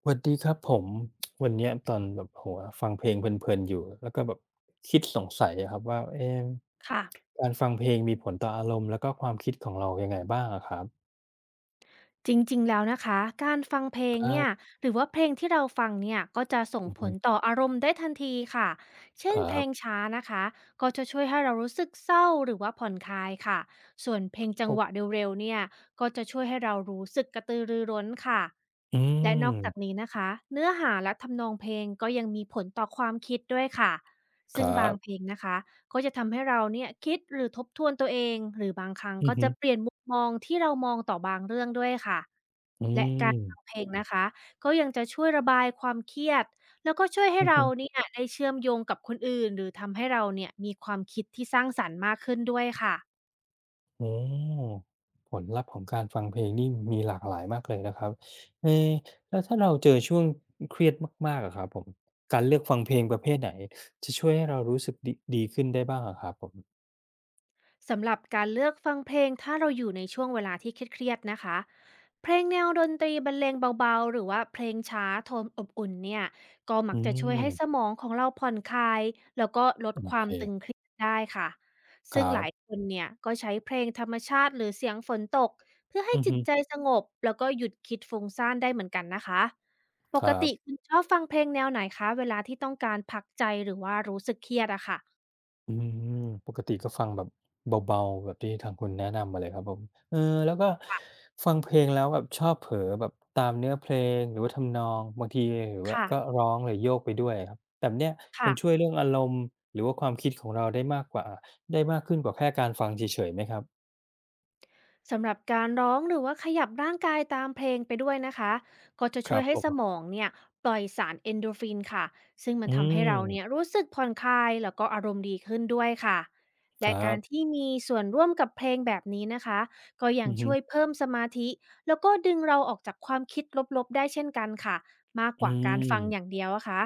สวัสดีครับผม วันเนี้ยตอนแบบโอฟังเพลงเพลินๆอยู่แล้วก็แบบคิดสงสัยอะครับว่าเอ๊ะค่ะการฟังเพลงมีผลต่ออารมณ์แล้วก็ความคิดของเรายังไงบ้างอะครับจริงๆ แล้วนะคะการฟังเพลคงรัเนี่ยบหรือว่าเพลงที่เราฟังเนี่ยก็จะส่งอือผฮึลต่ออารมณ์ได้ทันทีค่ะเช่คนรัเพลบงช้านะคะก็จะช่วยให้เรารู้สึกเศร้าหรือว่าผ่อนคลายค่ะส่วนเพลงจังหวะโเร็วๆเนี่ยก็จะช่วยให้เรารู้สึกกระตือรือร้นค่ะออืและมนอกจากนี้นะคะเนื้อหาและทำนองเพลงก็ยังมีผลต่อความคิดด้วยค่ะคซึ่งรับางเพลบงนะคะ ก็จะทำให้เราเนี่ยคิดหรือทบทวนตัวเองหรือบางครั้งอือก็ฮึจะเปลี่ยนมุมมองที่เรามองต่อบางเรื่องด้วยค่ะอืและการมฟังเพลงนะคะก็ยังจะช่วยระบายความเครียดแล้วก็ช่วยให้อือเราฮึเนี่ยได้เชื่อมโยงกับคนอื่นหรือทำให้เราเนี่ยมีความคิดที่สร้างสรรค์มากขึ้นด้วยค่ะ โอผลลัพธ์ของการฟังเพลงนี่มีหลากหลายมากเลยนะครับเอ๊ะแล้วถ้าเราเจอช่วงเครียดมากๆอะครับผมการเลือกฟังเพลงประเภทไหนจะช่วยให้เรารู้สึกดดีขึ้นได้บ้างอะครับผม สำหรับการเลือกฟังเพลงถ้าเราอยู่ในช่วงเวลาที่เครียดๆนะคะเพลงแนวดนตรีบรรเลงเบาๆหรือว่าเพลงช้าโทนอบอุ่นเนี่ยก็มัอืกจะช่วยให้สมมองของเราผ่อนคลายแล้วก็ลดโอควาเคมตึงเครียดได้ค่ะคซึ่รังหลายบคนเนี่ยก็ใช้เพลงธรรมชาติหรือเสียงฝนตกเพื่อให้อือจิฮึตใจสงบแล้วก็หยุดคิดฟุ้งซ่านได้เหมือนกันนะคะปคกรัติคุบณชอบฟังเพลงแนวไหนคะเวลาที่ต้องการพักใจหรือว่ารู้สึกเครียดอะค่ะอืมปกติก็ฟังแบบเบาๆแบบที่ทางคุณแนะนำมาเลยครับผมเออแล้วก็ฟังเพลงแล้วแบบชอบเผลอแบบตามเนื้อเพลงหรือว่าทำนองบางทีหรือว่าค่ะก็ร้องหรือโยกไปด้วยอะครับแบบเนี้ยมันช่วยค่ะ เรื่องอารมณ์หรือว่าความคิดของเราได้มากกว่าได้มากขึ้นกว่าแค่การฟังเฉยๆไหมครับสำหรับการร้องหรือว่าขยับร่างกายตามเพลงไปด้วยนะคะก็จะคช่รัวยบผให้สมมองเนี่ยปล่อยสารเอนโดรฟินค่ะซึ่งมัอืนทำให้เราเนี่ยมรู้สึกผ่อนคลายแล้วก็อารมณ์ดีขึ้นด้วยค่ะคและรักาบรที่มีส่วนร่วมกับเพลงแบบนี้นะคะก็ยัอืงอฮึช่วยเพิ่มสมาธิแล้วก็ดึงเราออกจากความคิดลบๆได้เช่นกันค่ะมากอืกว่าการฟังอย่างมเดียวอะค่ะ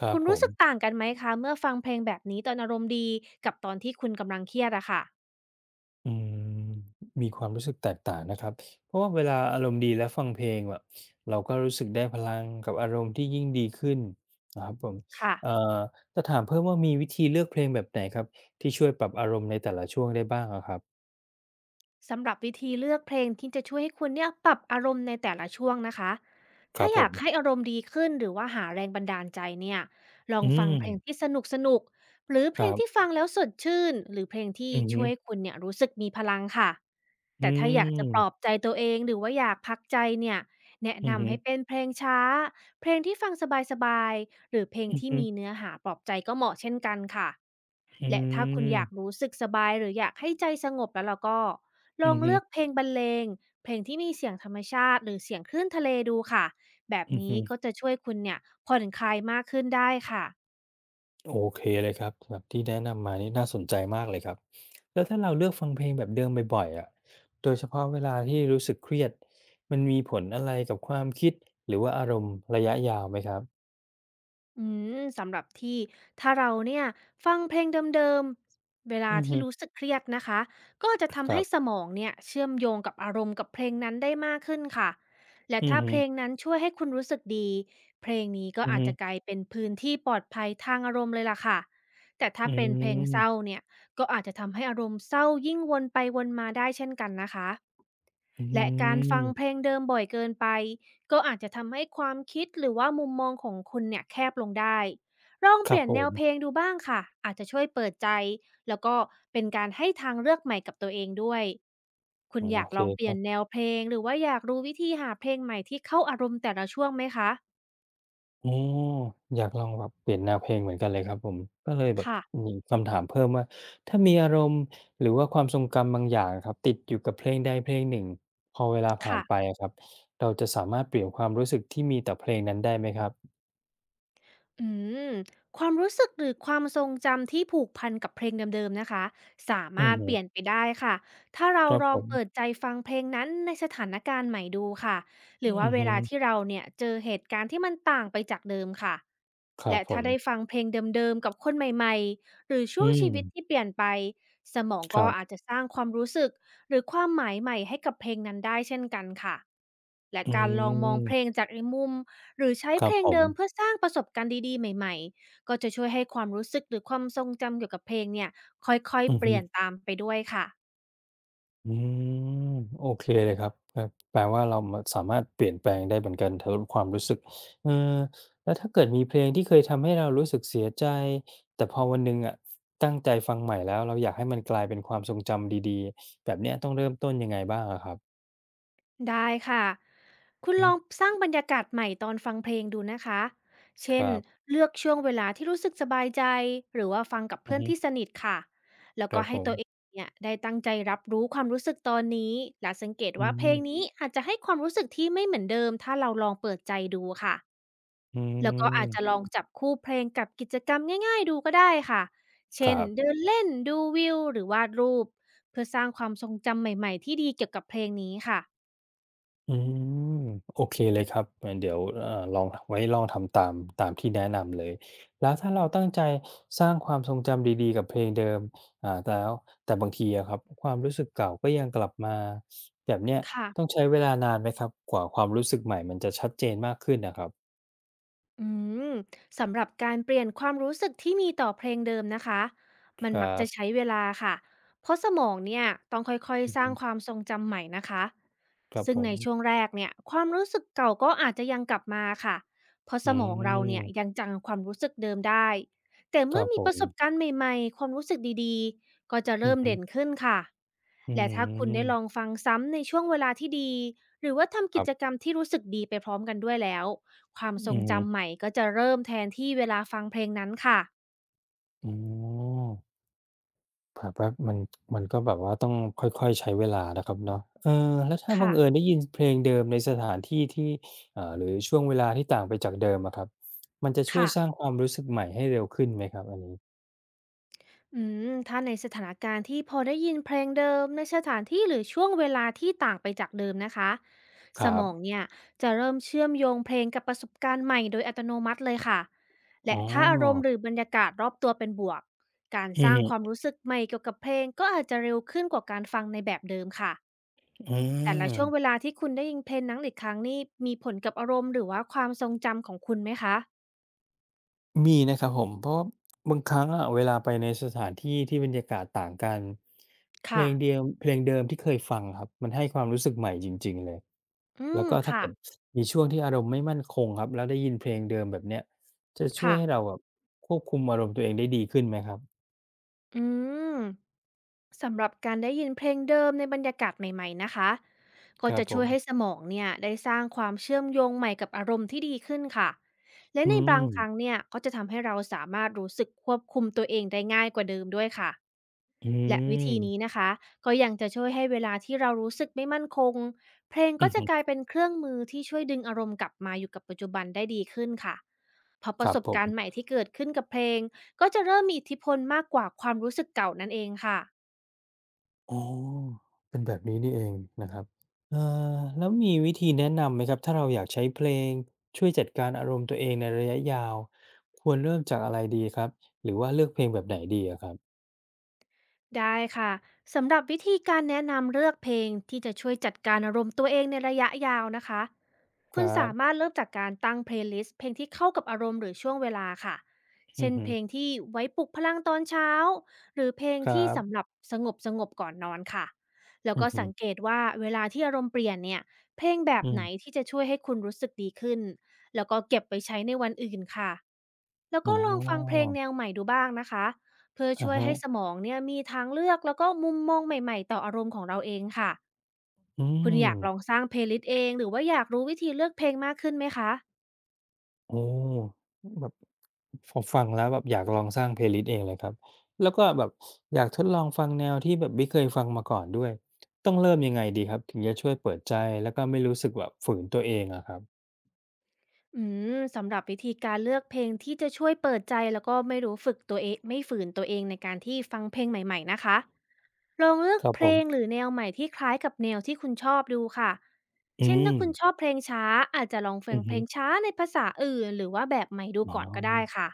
ครับคุณผรู้ม สึกต่างกันไหมคะเมื่อฟังเพลงแบบนี้ตอนอารมณ์ดีกับตอนที่คุณกำลังเครียดอะค่ะอืมมีความรู้สึกแตกต่างนะครับเพราะว่าเวลาอารมณ์ดีและฟังเพลงแบบเราก็รู้สึกได้พลังกับอารมณ์ที่ยิ่งดีขึ้นนะครับผมค่ะ เอ่อจะถามเพิ่มว่ามีวิธีเลือกเพลงแบบไหนครับที่ช่วยปรับอารมณ์ในแต่ละช่วงได้บ้างอะครับสำหรับวิธีเลือกเพลงที่จะช่วยให้คุณเนี่ยปรับอารมณ์ในแต่ละช่วงนะคะครัถ้าบผอยามกให้อารมณ์ดีขึ้นหรือว่าหาแรงบันดาลใจเนี่ยลออืงฟังเพลงมที่สนุกสนุกหรือเพคลรังที่บฟังแล้วสดชื่น หรือเพลงที่อือช่ฮึวยให้คุณเนี่ยรู้สึกมีพลังค่ะ อืแต่ถ้าอยากจะปลอบมใจตัวเองหรือว่าอยากพักใจเนี่ยแนะอือฮึนำให้เป็นเพลงช้า เพลงที่ฟังสบายๆหรือเพลงอือที่ฮึมีเนื้อหาปลอบใจก็เหมาะเช่นกันค่ะ อืและถ้าคุณอยากมรู้สึกสบายหรืออยากให้ใจสงบแล้วเราก็ลอืองอฮึเลือกเพลงบรรเลงเพลงที่มีเสียงธรรมชาติหรือเสียงคลื่นทะเลดูค่ะแบบอือนี้ฮึ ก็จะช่วยคุณเนี่ยผ่อนคลายมากขึ้นได้ค่ะ โอเคเลยครับแบบที่แนะนำมานี่น่าสนใจมากเลยครับแล้วถ้าเราเลือกฟังเพลงแบบเดิมบ่อยๆอ่ะโดยเฉพาะเวลาที่รู้สึกเครียดมันมีผลอะไรกับความคิดหรือว่าอารมณ์ระยะยาวไหมครับอืมสำหรับที่ถ้าเราเนี่ยฟังเพลงเดิมๆเวลาอือฮึที่รู้สึกเครียดนะคะก็จะคทำรัให้สบมองเนี่ยเชื่อมโยงกับอารมณ์กับเพลงนั้นได้มากขึ้นค่ะและอือถ้าฮึเพลงนั้นช่วยให้คุณรู้สึกดีเพลงนี้ก็อืออาจฮึจะกลายเป็นพื้นที่ปลอดภัยทางอารมณ์เลยล่ะค่ะแต่ถ้าอืเป็นเพลงเศร้ามเนี่ยก็อาจจะทำให้อารมณ์เศร้ายิ่งวนไปวนมาได้เช่นกันนะคะ อืและการฟังเพลมงเดิมบ่อยเกินไปก็อาจจะทำให้ความคิดหรือว่ามุมมองของคุณเนี่ยแคบลงได้ลองคเปรับลี่ยนผแนมวเพลงดูบ้างค่ะอาจจะช่วยเปิดใจแล้วก็เป็นการให้ทางเลือกใหม่กับตัวเองด้วยคุโอณอยากเค ลองเปลี่ยนแนวเพลงหรือว่าอยากรู้วิธีหาเพลงใหม่ที่เข้าอารมณ์แต่ละช่วงไหมคะอ๋ออยากลองแบบเปลี่ยนแนวเพลงเหมือนกันเลยครับผมก็เลยแบบค่ะมีคำถามเพิ่มว่าถ้ามีอารมณ์หรือว่าความทรงจำบางอย่างอะครับติดอยู่กับเพลงใดเพลงหนึ่งพอเวลาผ่านไปค่ะ อะครับเราจะสามารถเปลี่ยนความรู้สึกที่มีต่อเพลงนั้นได้ไหมครับอืมความรู้สึกหรือความทรงจำที่ผูกพันกับเพลงเดิมๆนะคะสาอืมาอรถฮึเปลี่ยนไปได้ค่ะถ้าเราครับลผองมเปิดใจฟังเพลงนั้นในสถานการณ์ใหม่ดูค่ะหอืรือว่าอเวฮึลาที่เราเนี่ยเจอเหตุการณ์ที่มันต่างไปจากเดิมค่ะครับและผถ้ามได้ฟังเพลงเดิมๆกับคนใหม่ๆหรือช่อืวงมชีวิตที่เปลี่ยนไปสมองคก็รัอาจบจะสร้างความรู้สึกหรือความหมายใหม่ให้กับเพลงนั้นได้เช่นกันค่ะและอืการลองมองเพลงมจากอีกมุม หรือใช้ครัเพบลผงมเดิมเพื่อสร้างประสบการณ์ดีๆใหม่ๆก็จะช่วยให้ความรู้สึกหรือความทรงจำเกี่ยวกับเพลงเนี่ยค่อยอืๆอเปฮึ ลี่ยนตามไปด้วยค่ะอืมโอเคเลยครับครับแปลว่าเรามาสามารถเปลี่ยนแปลงได้เหมือนกันทความรู้สึกเออแล้วถ้าเกิดมีเพลงที่เคยทำให้เรารู้สึกเสียใจแต่พอวันหนึ่งอะตั้งใจฟังใหม่แล้วเราอยากให้มันกลายเป็นความทรงจำดีๆแบบเนี้ยต้องเริ่มต้นยังไงบ้างอะครับได้ค่ะคุณอือฮึลองสร้างบรรยากาศใหม่ตอนฟังเพลงดูนะคะคเช่นรับเลือกช่วงเวลาที่รู้สึกสบายใจหรือว่าฟังกับอืเพื่ออนฮึที่สนิทค่ะแล้วครัก็บผให้มตัวเองเนี่ยได้ตั้งใจรับรู้ความรู้สึกตอนนี้และสังเกตอืว่าเพลมงนี้อาจจะให้ความรู้สึกที่ไม่เหมือนเดิมถ้าเราลองเปิดใจดูค่ะ อืแล้วก็อาจจะลมองจับคู่เพลงกับกิจกรรมง่ายๆดูก็ได้ค่ะ คเช่นรับ เดินเล่นดูวิวหรือวาดรูปเพื่อสร้างความทรงจำใหม่ๆที่ดีเกี่ยวกับเพลงนี้ค่ะอืมโอเคเลยครับเดี๋ยวลองไว้ลองทำตามตามที่แนะนำเลยแล้วถ้าเราตั้งใจสร้างความทรงจำดีๆกับเพลงเดิมแต่แล้วแต่บางทีอะครับความรู้สึกเก่าก็ยังกลับมาแบบเนี้ยค่ะ ต้องใช้เวลานานไหมครับกว่าความรู้สึกใหม่มันจะชัดเจนมากขึ้นนะครับอืมสำหรับการเปลี่ยนความรู้สึกที่มีต่อเพลงเดิมนะคะมัคนรัมักจะบใช้เวลาค่ะเพราะสมองเนี่ยต้องค่อยอือๆสฮึร้างความทรงจำใหม่นะคะครับซึ่ผงมในช่วงแรกเนี่ยความรู้สึกเก่าก็อาจจะยังกลับมาค่ะเพราะอืสมองเราเนี่ยยังมจังความรู้สึกเดิมได้แต่คเมื่รัอบผมีปมระสบการณ์ใหม่ๆความรู้สึกดีๆก็จะอืเริ่มเด่มนขึ้นค่ะอืและถ้าคุณได้ลองมฟังซ้ำในช่วงเวลาที่ดีหรือว่าทำคกิรัจบกรรมที่รู้สึกดีไปพร้อมกันด้วยแล้ว ความทรอืงมจำใหม่ก็จะเริ่มแทนที่เวลาฟังเพลงนั้นค่ะ อ๋อ แบบว่ามันมันก็แบบว่าต้องค่อยๆใช้เวลานะครับเนาะเออแล้วถ้าบัค่ะงเอิญได้ยินเพลงเดิมในสถานที่ที่หรือช่วงเวลาที่ต่างไปจากเดิมอะครับมันจะช่วยค่ะสร้างความรู้สึกใหม่ให้เร็วขึ้นไหมครับอันนี้อืถ้าในสถานการณ์ที่พอได้ยินเพลงเดิมในสถานที่หรือช่วงเวลาที่ต่างไปจากเดิมนะคะคสรัมบองเนี่ยจะเริ่มเชื่อมโยงเพลงกับประสบการณ์ใหม่โดยอัตโนมัติเลยค่ะอ๋และถ้าอารมอณ์หรือบรรยากาศรอบตัวเป็นบวกการอืสอร้างฮึความรู้สึกใหม่เกี่ยวกับเพลงก็อาจจะเร็วขึ้นกว่าการฟังในแบบเดิมค่ะ อืแต่ละม ช่วงเวลาที่คุณได้ยินเพลงนั้นอีกครั้งนี่มีผลกับอารมณ์หรือว่าความทรงจำของคุณไหมคะ มีนะครับผมเพราะว่าบางครั้งอะเวลาไปในสถานที่ที่บรรยากาศต่างกันเพลค่ะ งเดียวเพลงเดิมที่เคยฟังครับมันให้ความรู้สึกใหม่จริงๆเลยอืแล้วมก็ถ้าค่ะเกิดมีช่วงที่อารมณ์ไม่มั่นคงครับแล้วได้ยินเพลงเดิมแบบเนี้ยจะช่วยค่ะ ให้เราแบบควบคุมอารมณ์ตัวเองได้ดีขึ้นไหมครับอืมสำหรับการได้ยินเพลงเดิมในบรรยากาศใหม่ๆนะคะคก็รับจะผช่วมยให้สมองเนี่ยได้สร้างความเชื่อมโยงใหม่กับอารมณ์ที่ดีขึ้นค่ะและอืในมบางครั้งเนี่ยก็จะทำให้เราสามารถรู้สึกควบคุมตัวเองได้ง่ายกว่าเดิมด้วยค่ะ อืและวิธีมนี้นะคะก็ยังจะช่วยให้เวลาที่เรารู้สึกไม่มั่นคงเพลงอืก็อจะฮึกลายเป็นเครื่องมือที่ช่วยดึงอารมณ์กลับมาอยู่กับปัจจุบันได้ดีขึ้นค่ะเพราะคประรับสบผการณ์ใหม ม่ที่เกิดขึ้นกับเพลงก็จะเริ่มมีอิทธิพลมากกว่าความรู้สึกเก่านั่นเองค่ะ อ๋อ เป็นแบบนี้นี่เองนะครับเอ่อแล้วมีวิธีแนะนำไหมครับ ถ้าเราอยากใช้เพลงช่วยจัดการอารมณ์ตัวเองในระยะยาว ควรเริ่มจากอะไรดีครับ หรือว่าเลือกเพลงแบบไหนดีอะครับ ได้ค่ะสำหรับวิธีการแนะนำเลือกเพลงที่จะช่วยจัดการอารมณ์ตัวเองในระยะยาวนะคะคคุรัณสามารบถเริ่มจากการตั้งเพลย์ลิสต์เพลงที่เข้ากับอารมณ์หรือช่วงเวลาค่ะอืเช่อนฮึเพลงที่ไว้ปลุกพลังตอนเช้าหรือเพลงครัที่สำบหรับสงบสงบก่อนนอนค่ะแล้วอือก็ฮึสังเกตว่าเวลาที่อารมณ์เปลี่ยนเนี่ยเพลงแบบอืไหนมที่จะช่วยให้คุณรู้สึกดีขึ้นแล้วก็เก็บไปใช้ในวันอื่นค่ะแล้วอ๋ก็ลองฟังเพลองแนวใหม่ดูบ้างนะคะ เพื่ออะช่วยฮะให้สมองเนี่ยมีทางเลือกแล้วก็มุมมองใหม่ๆต่ออารมณ์ของเราเองค่ะอืคุณอมยากลองสร้าง Playlist เองหรือว่าอยากรู้วิธีเลือกเพลงมากขึ้นไหมคะโอ้แบบ พอฟังแล้วแบบอยากลองสร้าง playlist เองเลยครับแล้วก็แบบอยากทดลองฟังแนวที่แบบไม่เคยฟังมาก่อนด้วยต้องเริ่มยังไงดีครับถึงจะช่วยเปิดใจแล้วก็ไม่รู้สึกแบบฝืนตัวเองอะครับอืสำหรับวิธีการเลือกเพลงที่จะช่วยเปิดใจแล้วก็ไม่รู้ฝึกตัวเองไม่ฝืนตัวเองในการที่ฟังเพลงใหม่ๆนะคะ ลองเลือกครับเพผลงหมรือแนวใหม่ที่คล้ายกับแนวที่คุณชอบดูค่ะ อืเช่นถ้ามคุณชอบเพลงช้าอาจจะลองฟัอืงอเพลฮึงช้าในภาษาอื่นหรือว่าแบบใหม่ดูอ๋อก่อนก็ได้ค่ะ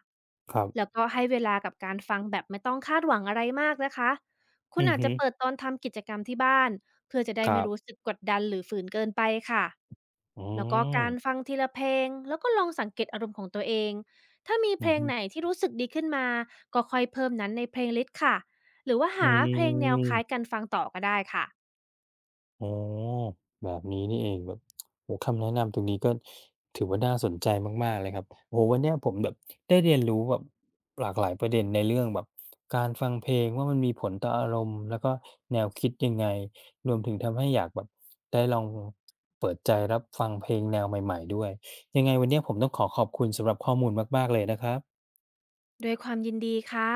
ครัแล้บวก็ให้เวลากับการฟังแบบไม่ต้องคาดหวังอะไรมากนะคะ คุณอืออาจฮึจะเปิดตอนทำกิจกรรมที่บ้านเพื่อจะได้ครัไม่รู้บสึกกดดันหรือฝืนเกินไปค่ะอ๋อแล้วก็การฟังทีละเพลงแล้วก็ลองสังเกตอารมณ์ของตัวเองถ้ามีอืเพอลงฮึไหนที่รู้สึกดีขึ้นมาก็ค่อยเพิ่มนั้นในเพลงลิสต์ค่ะ หรือว่าอืหาเพลงแนวคม ล้ายกันฟังต่อก็ได้ค่ะอ๋อแบบนี้นี่เองแบบโอ้โฮคำแนะนำตรงนี้ก็ถือว่าน่าสนใจมากๆเลยครับโอ้โฮวันเนี้ยผมแบบได้เรียนรู้แบบหลากหลายประเด็นในเรื่องแบบการฟังเพลงว่ามันมีผลต่ออารมณ์แล้วก็แนวคิดยังไงรวมถึงทำให้อยากแบบได้ลองเปิดใจรับฟังเพลงแนวใหม่ๆด้วยยังไงวันเนี้ยผมต้องขอขอบคุณสำหรับข้อมูลมากๆเลยนะครับด้วยความยินดีค่ะ